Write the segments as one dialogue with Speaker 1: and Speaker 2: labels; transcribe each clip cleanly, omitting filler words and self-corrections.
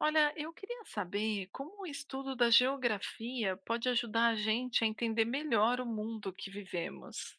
Speaker 1: Olha, eu queria saber como o estudo da geografia pode ajudar a gente a entender melhor o mundo que vivemos.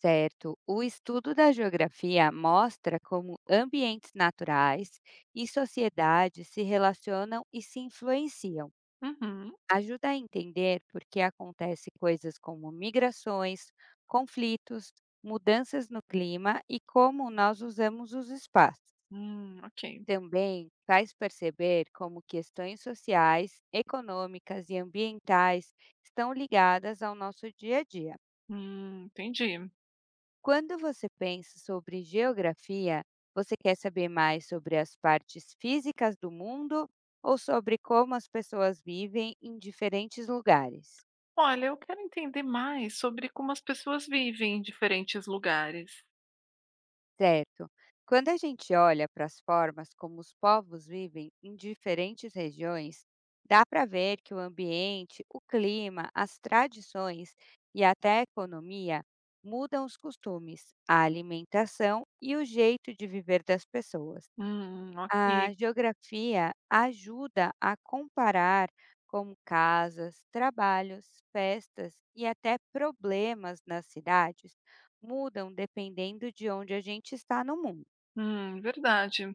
Speaker 2: Certo, o estudo da geografia mostra como ambientes naturais e sociedades se relacionam e se influenciam.
Speaker 1: Uhum.
Speaker 2: Ajuda a entender por que acontecem coisas como migrações, conflitos, mudanças no clima e como nós usamos os espaços.
Speaker 1: Ok.
Speaker 2: Também faz perceber como questões sociais, econômicas e ambientais estão ligadas ao nosso dia a dia.
Speaker 1: Entendi.
Speaker 2: Quando você pensa sobre geografia, você quer saber mais sobre as partes físicas do mundo ou sobre como as pessoas vivem em diferentes lugares?
Speaker 1: Olha, eu quero entender mais sobre como as pessoas vivem em diferentes lugares.
Speaker 2: Certo. Quando a gente olha para as formas como os povos vivem em diferentes regiões, dá para ver que o ambiente, o clima, as tradições e até a economia mudam os costumes, a alimentação e o jeito de viver das pessoas.
Speaker 1: Ok.
Speaker 2: A geografia ajuda a comparar como casas, trabalhos, festas e até problemas nas cidades mudam dependendo de onde a gente está no mundo.
Speaker 1: Verdade.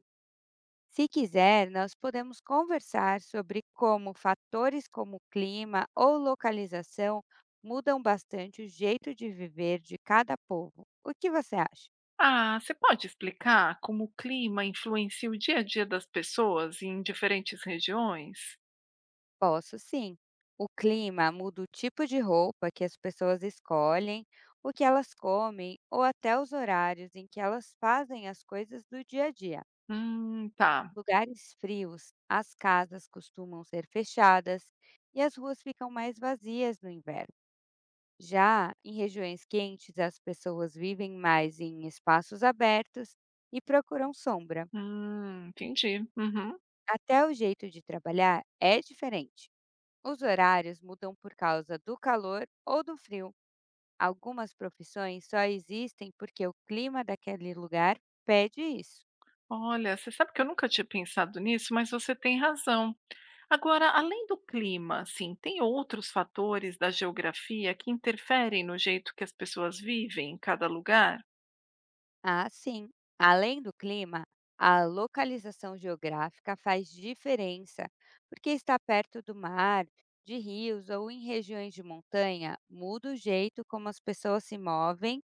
Speaker 2: Se quiser, nós podemos conversar sobre como fatores como clima ou localização mudam bastante o jeito de viver de cada povo. O que você acha?
Speaker 1: Ah, você pode explicar como o clima influencia o dia a dia das pessoas em diferentes regiões?
Speaker 2: Posso sim. O clima muda o tipo de roupa que as pessoas escolhem, o que elas comem ou até os horários em que elas fazem as coisas do dia a dia.
Speaker 1: Tá.
Speaker 2: Lugares frios, as casas costumam ser fechadas e as ruas ficam mais vazias no inverno. Já em regiões quentes, as pessoas vivem mais em espaços abertos e procuram sombra.
Speaker 1: Entendi. Uhum.
Speaker 2: Até o jeito de trabalhar é diferente. Os horários mudam por causa do calor ou do frio. Algumas profissões só existem porque o clima daquele lugar pede isso.
Speaker 1: Olha, você sabe que eu nunca tinha pensado nisso, mas você tem razão. Agora, além do clima, assim, tem outros fatores da geografia que interferem no jeito que as pessoas vivem em cada lugar?
Speaker 2: Ah, sim. Além do clima, a localização geográfica faz diferença, porque está perto do mar, de rios ou em regiões de montanha, muda o jeito como as pessoas se movem,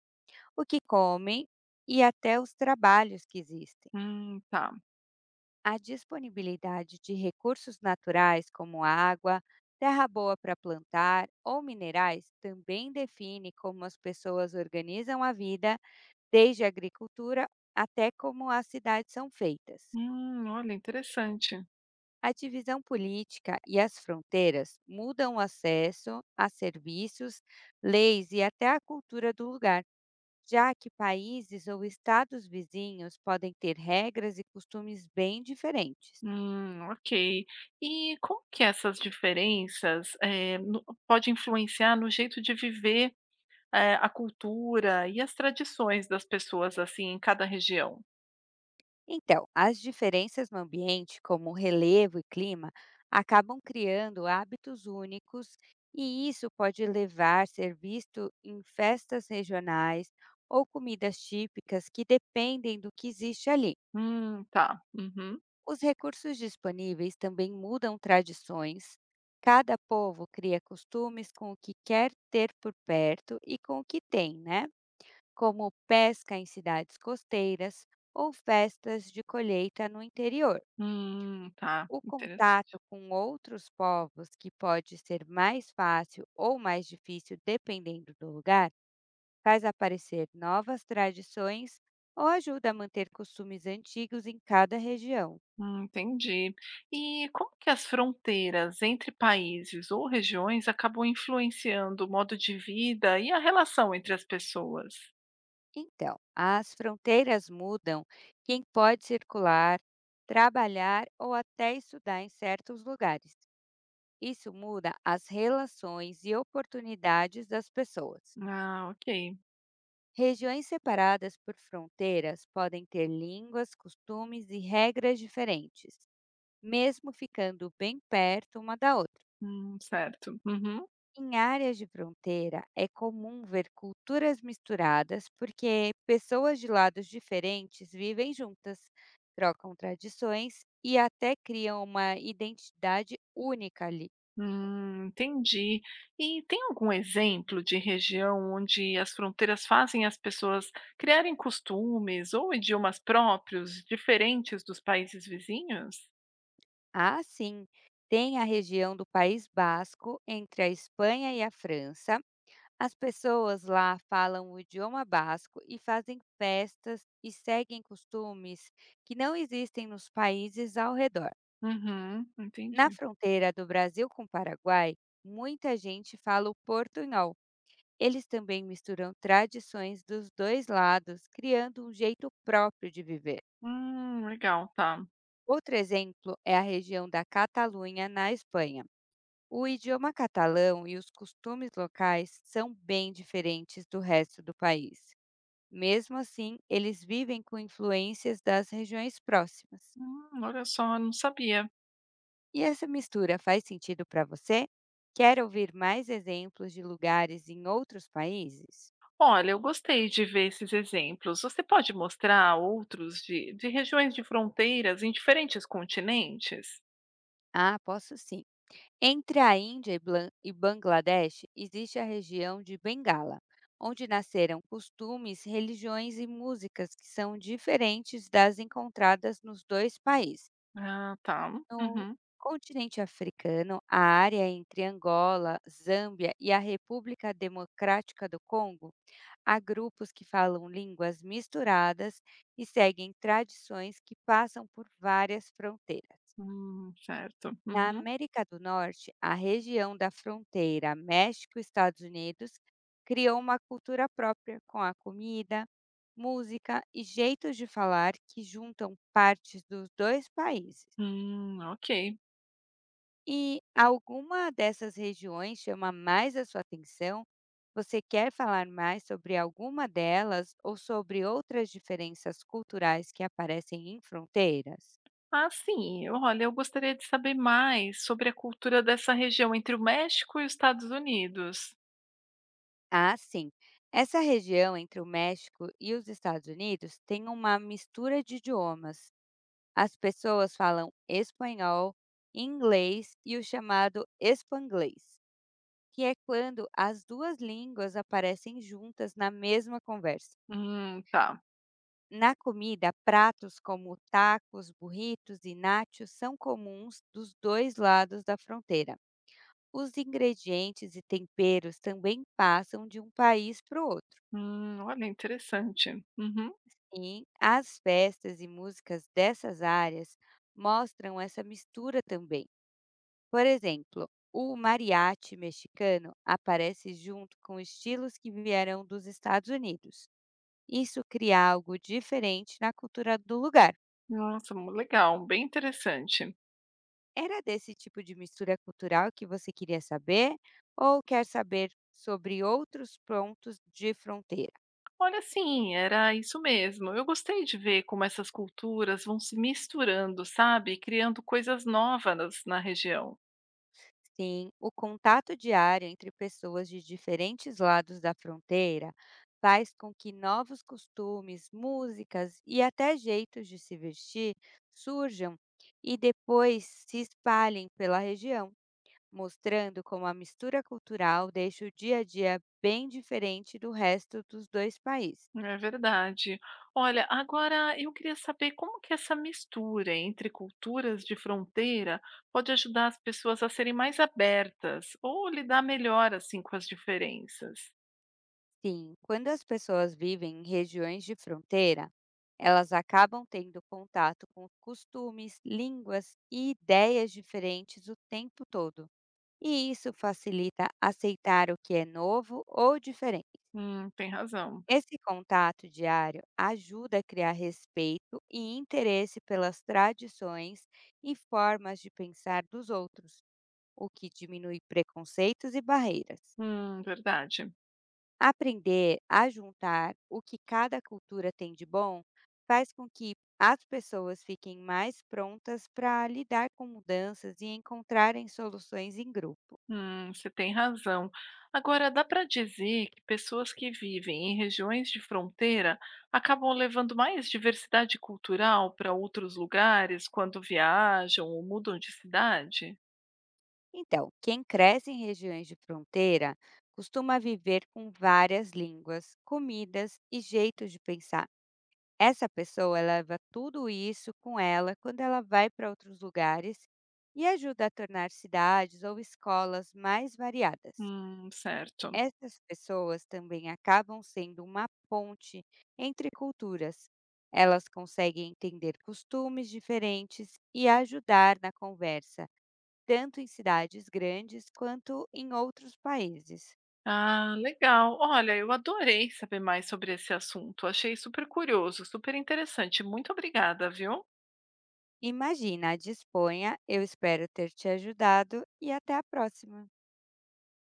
Speaker 2: o que comem e até os trabalhos que existem.
Speaker 1: Tá.
Speaker 2: A disponibilidade de recursos naturais como água, terra boa para plantar ou minerais também define como as pessoas organizam a vida, desde a agricultura até como as cidades são feitas.
Speaker 1: Olha, interessante.
Speaker 2: A divisão política e as fronteiras mudam o acesso a serviços, leis e até a cultura do lugar, já que países ou estados vizinhos podem ter regras e costumes bem diferentes.
Speaker 1: Ok. E como que essas diferenças pode influenciar no jeito de viver, a cultura e as tradições das pessoas assim em cada região?
Speaker 2: Então, as diferenças no ambiente, como relevo e clima, acabam criando hábitos únicos, e isso pode levar a ser visto em festas regionais ou comidas típicas que dependem do que existe ali.
Speaker 1: Tá. Uhum.
Speaker 2: Os recursos disponíveis também mudam tradições. Cada povo cria costumes com o que quer ter por perto e com o que tem, né? Como pesca em cidades costeiras ou festas de colheita no interior.
Speaker 1: Tá.
Speaker 2: O contato com outros povos, que pode ser mais fácil ou mais difícil dependendo do lugar, faz aparecer novas tradições ou ajuda a manter costumes antigos em cada região.
Speaker 1: Entendi. E como que as fronteiras entre países ou regiões acabam influenciando o modo de vida e a relação entre as pessoas?
Speaker 2: Então, as fronteiras mudam quem pode circular, trabalhar ou até estudar em certos lugares. Isso muda as relações e oportunidades das pessoas.
Speaker 1: Ah, ok.
Speaker 2: Regiões separadas por fronteiras podem ter línguas, costumes e regras diferentes, mesmo ficando bem perto uma da outra.
Speaker 1: Certo. Uhum.
Speaker 2: Em áreas de fronteira, é comum ver culturas misturadas porque pessoas de lados diferentes vivem juntas, trocam tradições e até criam uma identidade única ali.
Speaker 1: Entendi. E tem algum exemplo de região onde as fronteiras fazem as pessoas criarem costumes ou idiomas próprios diferentes dos países vizinhos?
Speaker 2: Ah, sim, tem a região do País Basco, entre a Espanha e a França. As pessoas lá falam o idioma basco e fazem festas e seguem costumes que não existem nos países ao redor.
Speaker 1: Uhum,
Speaker 2: Na
Speaker 1: entendi.
Speaker 2: fronteira do Brasil com o Paraguai, muita gente fala o portunhol. Eles também misturam tradições dos dois lados, criando um jeito próprio de viver.
Speaker 1: Legal, tá.
Speaker 2: Outro exemplo é a região da Catalunha, na Espanha. O idioma catalão e os costumes locais são bem diferentes do resto do país. Mesmo assim, eles vivem com influências das regiões próximas.
Speaker 1: Olha só, não sabia.
Speaker 2: E essa mistura faz sentido para você? Quer ouvir mais exemplos de lugares em outros países?
Speaker 1: Olha, eu gostei de ver esses exemplos. Você pode mostrar outros de regiões de fronteiras em diferentes continentes?
Speaker 2: Ah, posso sim. Entre a Índia e e Bangladesh existe a região de Bengala, onde nasceram costumes, religiões e músicas que são diferentes das encontradas nos dois países.
Speaker 1: Ah, tá.
Speaker 2: No
Speaker 1: Uhum.
Speaker 2: continente africano, a área entre Angola, Zâmbia e a República Democrática do Congo, há grupos que falam línguas misturadas e seguem tradições que passam por várias fronteiras.
Speaker 1: Certo.
Speaker 2: Na
Speaker 1: Uhum.
Speaker 2: América do Norte, a região da fronteira México-Estados Unidos criou uma cultura própria com a comida, música e jeitos de falar que juntam partes dos dois países.
Speaker 1: Ok.
Speaker 2: E alguma dessas regiões chama mais a sua atenção? Você quer falar mais sobre alguma delas ou sobre outras diferenças culturais que aparecem em fronteiras?
Speaker 1: Ah, sim. Olha, eu gostaria de saber mais sobre a cultura dessa região entre o México e os Estados Unidos.
Speaker 2: Ah, sim. Essa região entre o México e os Estados Unidos tem uma mistura de idiomas. As pessoas falam espanhol, inglês e o chamado espanglês, que é quando as duas línguas aparecem juntas na mesma conversa.
Speaker 1: Tá.
Speaker 2: Na comida, pratos como tacos, burritos e nachos são comuns dos dois lados da fronteira. Os ingredientes e temperos também passam de um país para o outro.
Speaker 1: Olha, interessante. Uhum.
Speaker 2: E as festas e músicas dessas áreas mostram essa mistura também. Por exemplo, o mariachi mexicano aparece junto com estilos que vieram dos Estados Unidos. Isso cria algo diferente na cultura do lugar.
Speaker 1: Nossa, legal, bem interessante.
Speaker 2: Era desse tipo de mistura cultural que você queria saber ou quer saber sobre outros pontos de fronteira?
Speaker 1: Olha, sim, era isso mesmo. Eu gostei de ver como essas culturas vão se misturando, sabe? Criando coisas novas na região.
Speaker 2: Sim, o contato diário entre pessoas de diferentes lados da fronteira faz com que novos costumes, músicas e até jeitos de se vestir surjam e depois se espalhem pela região, mostrando como a mistura cultural deixa o dia a dia bem diferente do resto dos dois países.
Speaker 1: É verdade. Olha, agora eu queria saber como que essa mistura entre culturas de fronteira pode ajudar as pessoas a serem mais abertas ou lidar melhor assim com as diferenças.
Speaker 2: Sim, quando as pessoas vivem em regiões de fronteira, elas acabam tendo contato com costumes, línguas e ideias diferentes o tempo todo. E isso facilita aceitar o que é novo ou diferente.
Speaker 1: Tem razão.
Speaker 2: Esse contato diário ajuda a criar respeito e interesse pelas tradições e formas de pensar dos outros, o que diminui preconceitos e barreiras.
Speaker 1: Verdade.
Speaker 2: Aprender a juntar o que cada cultura tem de bom faz com que as pessoas fiquem mais prontas para lidar com mudanças e encontrarem soluções em grupo.
Speaker 1: Você tem razão. Agora, dá para dizer que pessoas que vivem em regiões de fronteira acabam levando mais diversidade cultural para outros lugares quando viajam ou mudam de cidade?
Speaker 2: Então, quem cresce em regiões de fronteira costuma viver com várias línguas, comidas e jeitos de pensar. Essa pessoa leva tudo isso com ela quando ela vai para outros lugares e ajuda a tornar cidades ou escolas mais variadas.
Speaker 1: Certo.
Speaker 2: Essas pessoas também acabam sendo uma ponte entre culturas. Elas conseguem entender costumes diferentes e ajudar na conversa, tanto em cidades grandes quanto em outros países.
Speaker 1: Ah, legal. Olha, eu adorei saber mais sobre esse assunto. Achei super curioso, super interessante. Muito obrigada, viu?
Speaker 2: Imagina, disponha, eu espero ter te ajudado e até a próxima!